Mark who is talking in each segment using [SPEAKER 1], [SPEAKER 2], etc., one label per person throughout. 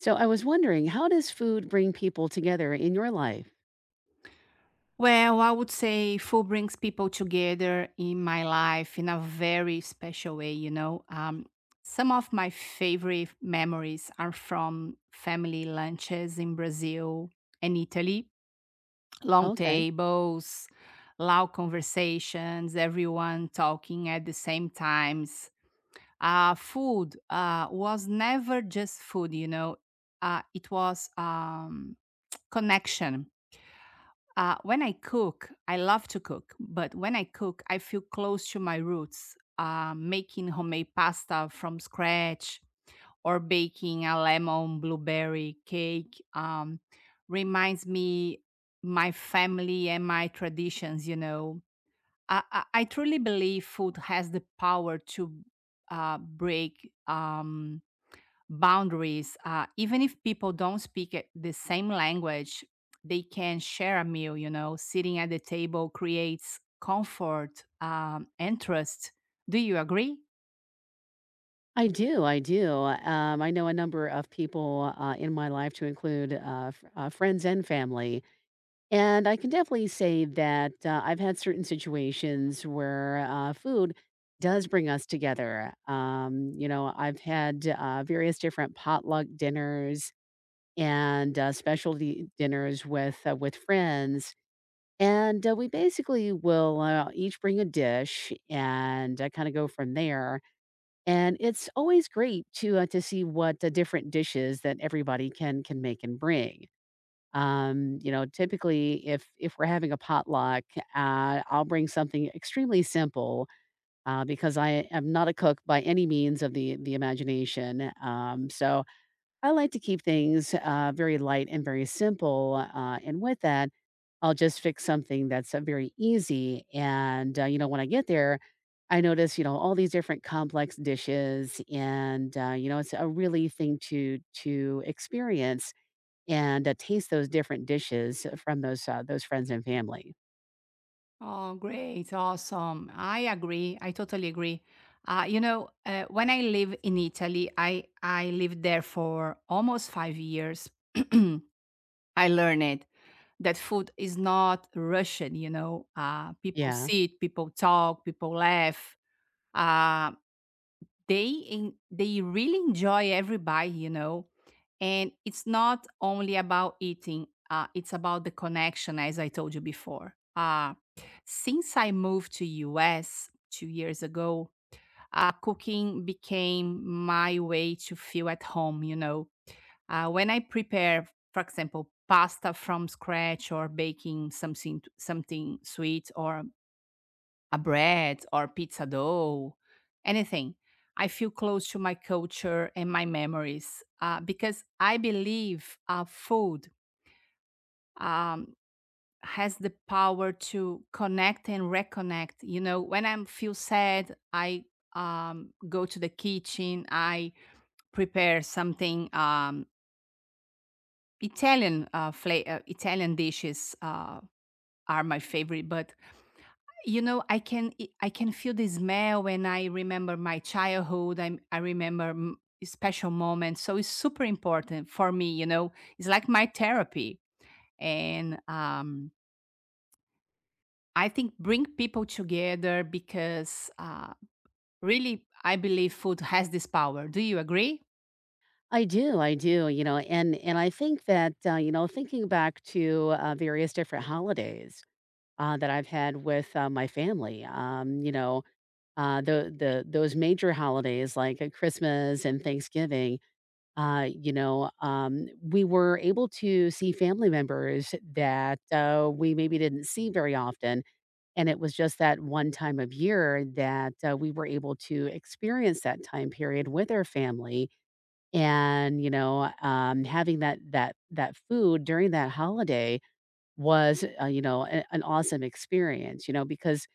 [SPEAKER 1] So I was wondering, how does food bring people together in your life?
[SPEAKER 2] Well, I would say food brings people together in my life in a very special way, you know. Some of my favorite memories are from family lunches in Brazil and Italy. Long
[SPEAKER 1] Okay.
[SPEAKER 2] tables, loud conversations, everyone talking at the same times. Food was never just food, you know. It was Connection. When I cook, I love to cook, but when I cook, I feel close to my roots, making homemade pasta from scratch or baking a lemon blueberry cake reminds me my family and my traditions, you know. I truly believe food has the power to break boundaries. Even if people don't speak the same language, they can share a meal. You know, sitting at the table creates comfort and trust. Do you agree?
[SPEAKER 1] I do. I do. I know a number of people in my life to include friends and family. And I can definitely say that I've had certain situations where food does bring us together. You know, I've had various different potluck dinners and specialty dinners with friends. And, we basically will, each bring a dish and, kinda go from there, and it's always great to see what the different dishes that everybody can make and bring. You know, typically, if we're having a potluck, I'll bring something extremely simple, because I am not a cook by any means of the imagination, so I like to keep things, very light and very simple, and with that I'll just fix something that's, very easy, and, you know, when I get there, I notice, you know, all these different complex dishes, and, you know, it's a really thing to experience and, taste those different dishes from those friends and family.
[SPEAKER 2] Oh, great. Awesome. I agree. I totally agree. When I live in Italy, I lived there for almost 5 years. I learned it that food is not Russian, you know. People
[SPEAKER 1] Yeah.
[SPEAKER 2] sit, people talk, people laugh. uh, they really enjoy every bite, you know. And it's not only about eating; it's about the connection, as I told you before. Since I moved to US 2 years ago, cooking became my way to feel at home. You know, when I prepare, for example, pasta from scratch or baking something sweet or a bread or pizza dough, anything. I feel close to my culture and my memories because I believe food um, has the power to connect and reconnect. You know, when I feel sad, I go to the kitchen, I prepare something. Italian Italian dishes are my favorite, but you know I can feel the smell when I remember my childhood I remember special moments, so it's super important for me, you know. It's like my therapy, and I think bring people together because really I believe food has this power. Do you agree?
[SPEAKER 1] I do, you know, and I think that, you know, thinking back to, various different holidays, that I've had with, my family, you know. The those major holidays like, Christmas and Thanksgiving, you know, we were able to see family members that, we maybe didn't see very often, and it was just that one time of year that, we were able to experience that time period with our family and, you know, having that food during that holiday was, you know, a an awesome experience, you know, because,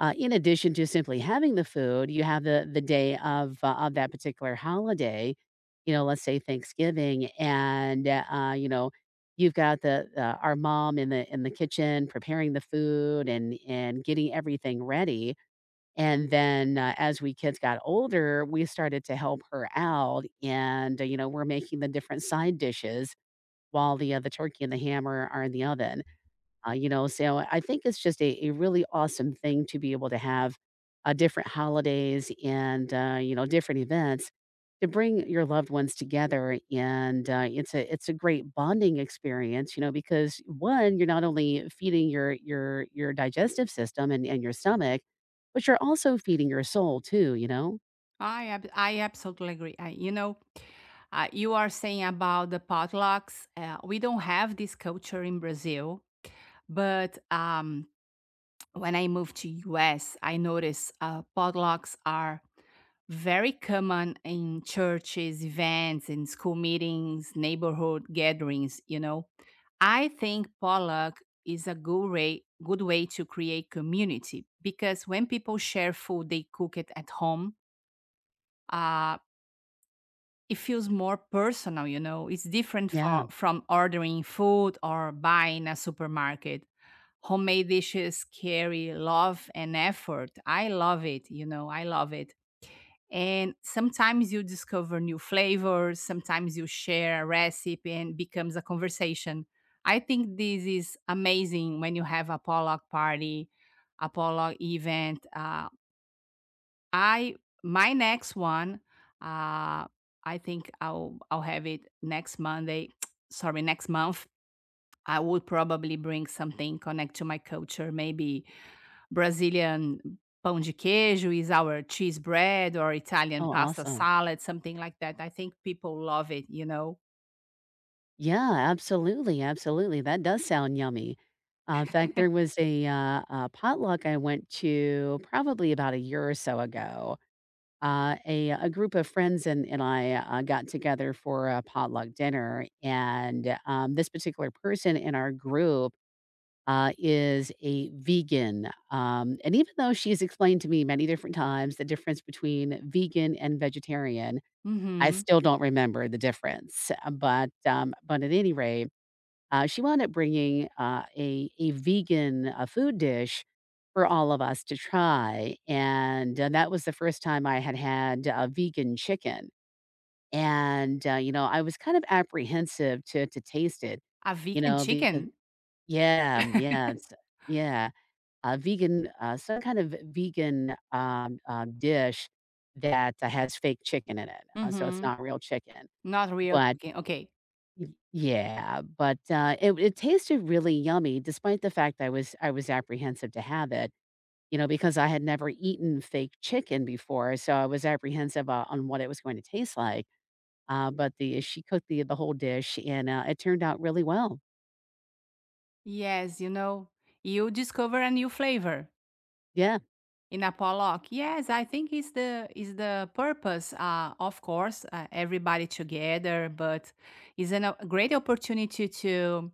[SPEAKER 1] in addition to simply having the food, you have the day of that particular holiday, you know, let's say Thanksgiving, and, you know, you've got the, our mom in the kitchen preparing the food and getting everything ready, and then, as we kids got older, we started to help her out, and, you know, we're making the different side dishes while the turkey and the ham are in the oven. You know, so I think it's just a really awesome thing to be able to have different holidays and you know different events to bring your loved ones together, and it's a great bonding experience. You know, because one, you're not only feeding your digestive system and your stomach, but you're also feeding your soul too. You know,
[SPEAKER 2] I absolutely agree. I, you know, you are saying about the potlucks. We don't have this culture in Brazil, but when I moved to US, I noticed potlucks are very common in churches, events, in school meetings, neighborhood gatherings, you know. I think potluck is a good way, good way to create community because when people share food, they cook it at home. Uh, it feels more personal, you know. It's different
[SPEAKER 1] yeah.
[SPEAKER 2] from ordering food or buying a supermarket. Homemade dishes carry love and effort. I love it, you know, I love it. And sometimes you discover new flavors, sometimes you share a recipe and it becomes a conversation. I think this is amazing when you have a Pollock party, a Pollock event. I my next one, uh, I think I'll have it next Monday. Sorry, next month. I would probably bring something connect to my culture, maybe Brazilian pão de queijo is our cheese bread or Italian
[SPEAKER 1] Oh,
[SPEAKER 2] pasta
[SPEAKER 1] awesome.
[SPEAKER 2] salad, something like that. I think people love it, you know?
[SPEAKER 1] Yeah, absolutely, absolutely. That does sound yummy. In fact, there was a potluck I went to probably about a year or so ago. A group of friends and, and I got together for a potluck dinner. And this particular person in our group is a vegan. And even though she's explained to me many different times the difference between vegan and vegetarian, I
[SPEAKER 2] Mhm.
[SPEAKER 1] still don't remember the difference. But at any rate, she wound up bringing a vegan food dish for all of us to try, and that was the first time I had had vegan chicken. And you know, I was kind of apprehensive to taste it,
[SPEAKER 2] A
[SPEAKER 1] you
[SPEAKER 2] vegan
[SPEAKER 1] know,
[SPEAKER 2] chicken?
[SPEAKER 1] because yeah, yeah, it's, yeah, a vegan, some kind of vegan dish that has fake chicken in it, so it's
[SPEAKER 2] Mhm.
[SPEAKER 1] not real chicken,
[SPEAKER 2] Not real
[SPEAKER 1] but
[SPEAKER 2] chicken. Okay.
[SPEAKER 1] Y yeah, but, it it tasted really yummy despite the fact I was apprehensive to have it, you know, because I had never eaten fake chicken before, so I was apprehensive o on what it was going to taste like, but the she cooked the whole dish, and, it turned out really well.
[SPEAKER 2] Yes, you know, you discover a new flavor
[SPEAKER 1] Yeah.
[SPEAKER 2] in a pollock. Yes, I think is the purpose. Of course, everybody together, but is an, a great opportunity to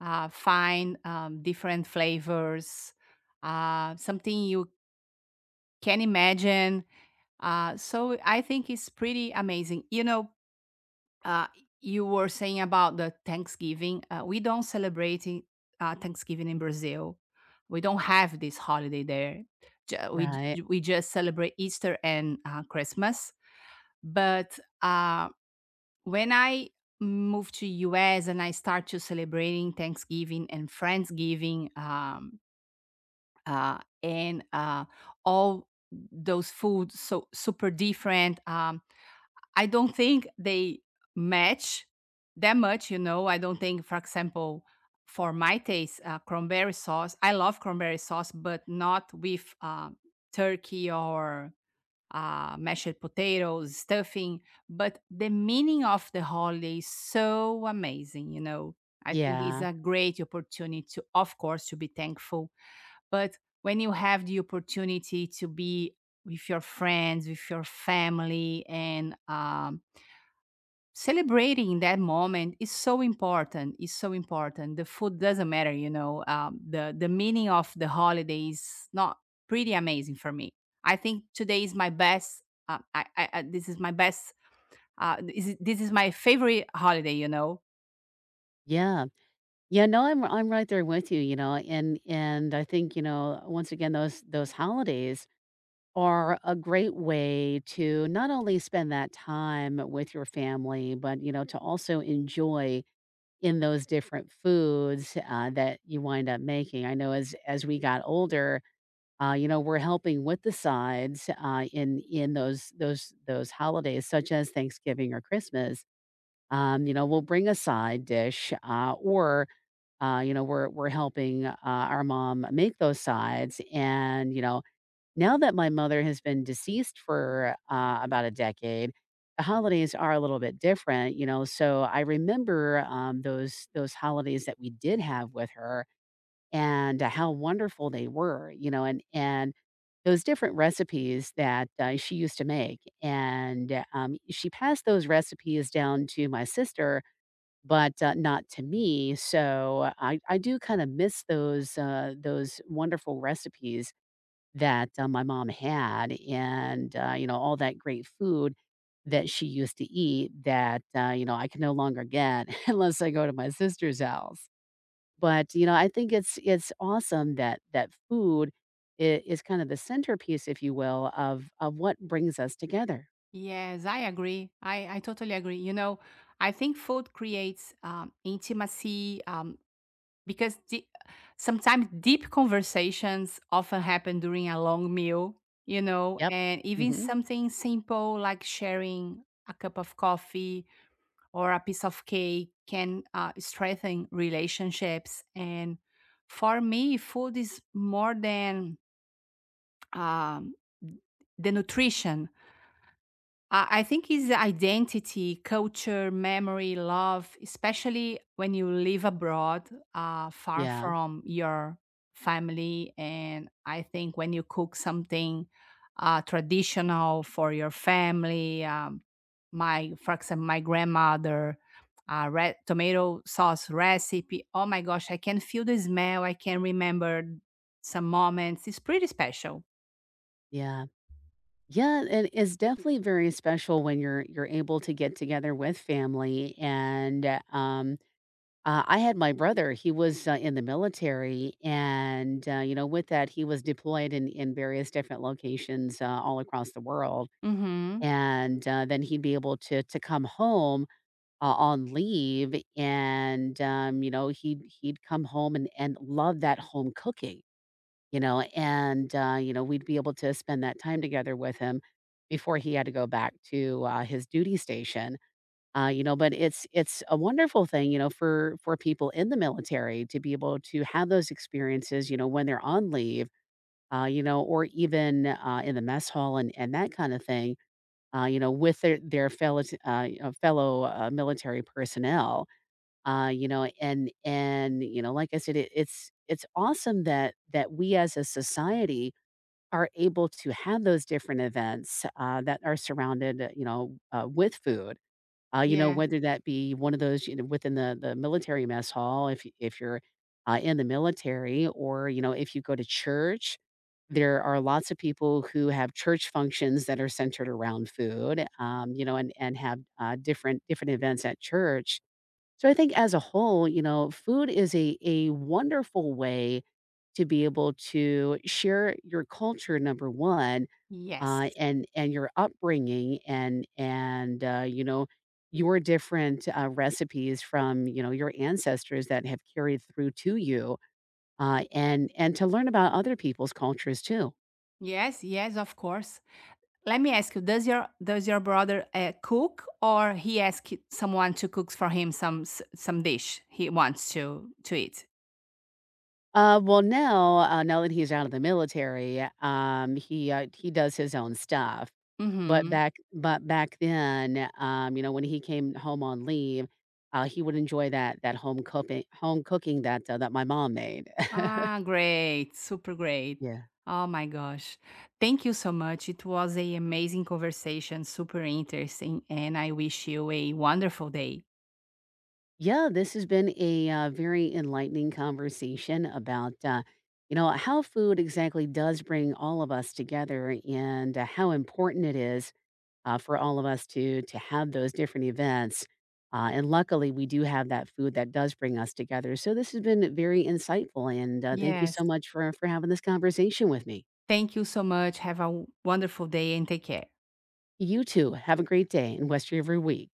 [SPEAKER 2] find different flavors, something you can imagine. So I think it's pretty amazing. You know, uh, you were saying about the Thanksgiving. We don't celebrate in- Thanksgiving in Brazil. We don't have this holiday there.
[SPEAKER 1] Right.
[SPEAKER 2] We just celebrate Easter and Christmas. But when I moved to US and I start to celebrating Thanksgiving and Friendsgiving. Uh, and All those foods so super different. I don't think they match that much. You know, I don't think, for example, for my taste, cranberry sauce. I love cranberry sauce, but not with turkey or mashed potatoes, stuffing. But the meaning of the holiday is so amazing. You know, I think it's
[SPEAKER 1] Yeah.
[SPEAKER 2] a great opportunity to, of course, to be thankful, but when you have the opportunity to be with your friends, with your family, and celebrating that moment is so important. Is so important. The food doesn't matter, you know. The meaning of the holiday is not pretty amazing for me. I think today is my best. I this is my best. This is my favorite holiday. You know.
[SPEAKER 1] Yeah. Yeah, no, I'm right there with you, you know, and I think, you know, once again, those holidays are a great way to not only spend that time with your family, but, you know, to also enjoy in those different foods, that you wind up making. I know as we got older, you know, we're helping with the sides, in those holidays, such as Thanksgiving or Christmas. You know, we'll bring a side dish, or, you know, we're helping, our mom make those sides and, you know, now that my mother has been deceased for, about a decade, the holidays are a little bit different, you know, so I remember, those holidays that we did have with her and how wonderful they were, you know, and those different recipes that, she used to make, and, she passed those recipes down to my sister, but, not to me, so I do kinda miss those wonderful recipes that, my mom had and, you know, all that great food that she used to eat that, you know, I can no longer get unless I go to my sister's house. But, you know, I think it's awesome that that food I is kind of the centerpiece, if you will, of what brings us together.
[SPEAKER 2] Yes, I agree. I totally agree. You know, I think food creates intimacy because sometimes deep conversations often happen during a long meal, you know,
[SPEAKER 1] Yep.
[SPEAKER 2] and even
[SPEAKER 1] Mhm.
[SPEAKER 2] something simple like sharing a cup of coffee or a piece of cake can strengthen relationships. And for me, food is more than um, the nutrition. I think it's identity, culture, memory, love, especially when you live abroad, far
[SPEAKER 1] Yeah.
[SPEAKER 2] from your family. And I think when you cook something traditional for your family, for example, my grandmother, red tomato sauce recipe. Oh my gosh, I can feel the smell. I can remember some moments. It's pretty special.
[SPEAKER 1] Yeah. Yeah, it's definitely very special when you're able to get together with family and, I had my brother, he was, in the military, and, you know, with that, he was deployed in various different locations, all across the world,
[SPEAKER 2] Hmm.
[SPEAKER 1] and, then he'd be able to come home, on leave, and, you know, he'd come home and love that home cooking, you know, and, you know, we'd be able to spend that time together with him before he had to go back to, his duty station. You know, but it's a wonderful thing, you know, for people in the military to be able to have those experiences, you know, when they're on leave, you know, or even in the mess hall and that kind of thing, you know, with their fellow you know, fellow military personnel, you know, and you know, like I said, it, it's awesome that that we as a society are able to have those different events that are surrounded, you know, with food you know,
[SPEAKER 2] Yeah.
[SPEAKER 1] whether that be one of those, you know, within the military mess hall, if y if you're, in the military or, you know, if you go to church, there are lots of people who have church functions that are centered around food, you know, and have, different different events at church. So I think as a whole, you know, food is a wonderful way to be able to share your culture, number 1,
[SPEAKER 2] Yes.
[SPEAKER 1] and your upbringing and you know your different recipes from you know your ancestors that have carried through to you and to learn about other people's cultures too.
[SPEAKER 2] Yes, yes, of course. Let me ask you, does your brother cook or he ask someone to cook for him some dish he wants to eat?
[SPEAKER 1] Well now now that he's out of the military he does his own stuff but
[SPEAKER 2] Mhm.
[SPEAKER 1] back then you know when he came home on leave he would enjoy that that home cooking that that my mom made.
[SPEAKER 2] Ah, great. Super great.
[SPEAKER 1] Yeah.
[SPEAKER 2] Oh my gosh. Thank you so much. It was a amazing conversation, super interesting, and I wish you a wonderful day.
[SPEAKER 1] Yeah, this has been a very enlightening conversation about, you know, how food exactly does bring all of us together and how important it is for all of us to have those different events. And luckily, we do have that food that does bring us together. So this has been very insightful, and thank you so
[SPEAKER 2] Yes.
[SPEAKER 1] much for having this conversation with me.
[SPEAKER 2] Thank you so much. Have a wonderful day and take care.
[SPEAKER 1] You too. Have a great day and West River Week.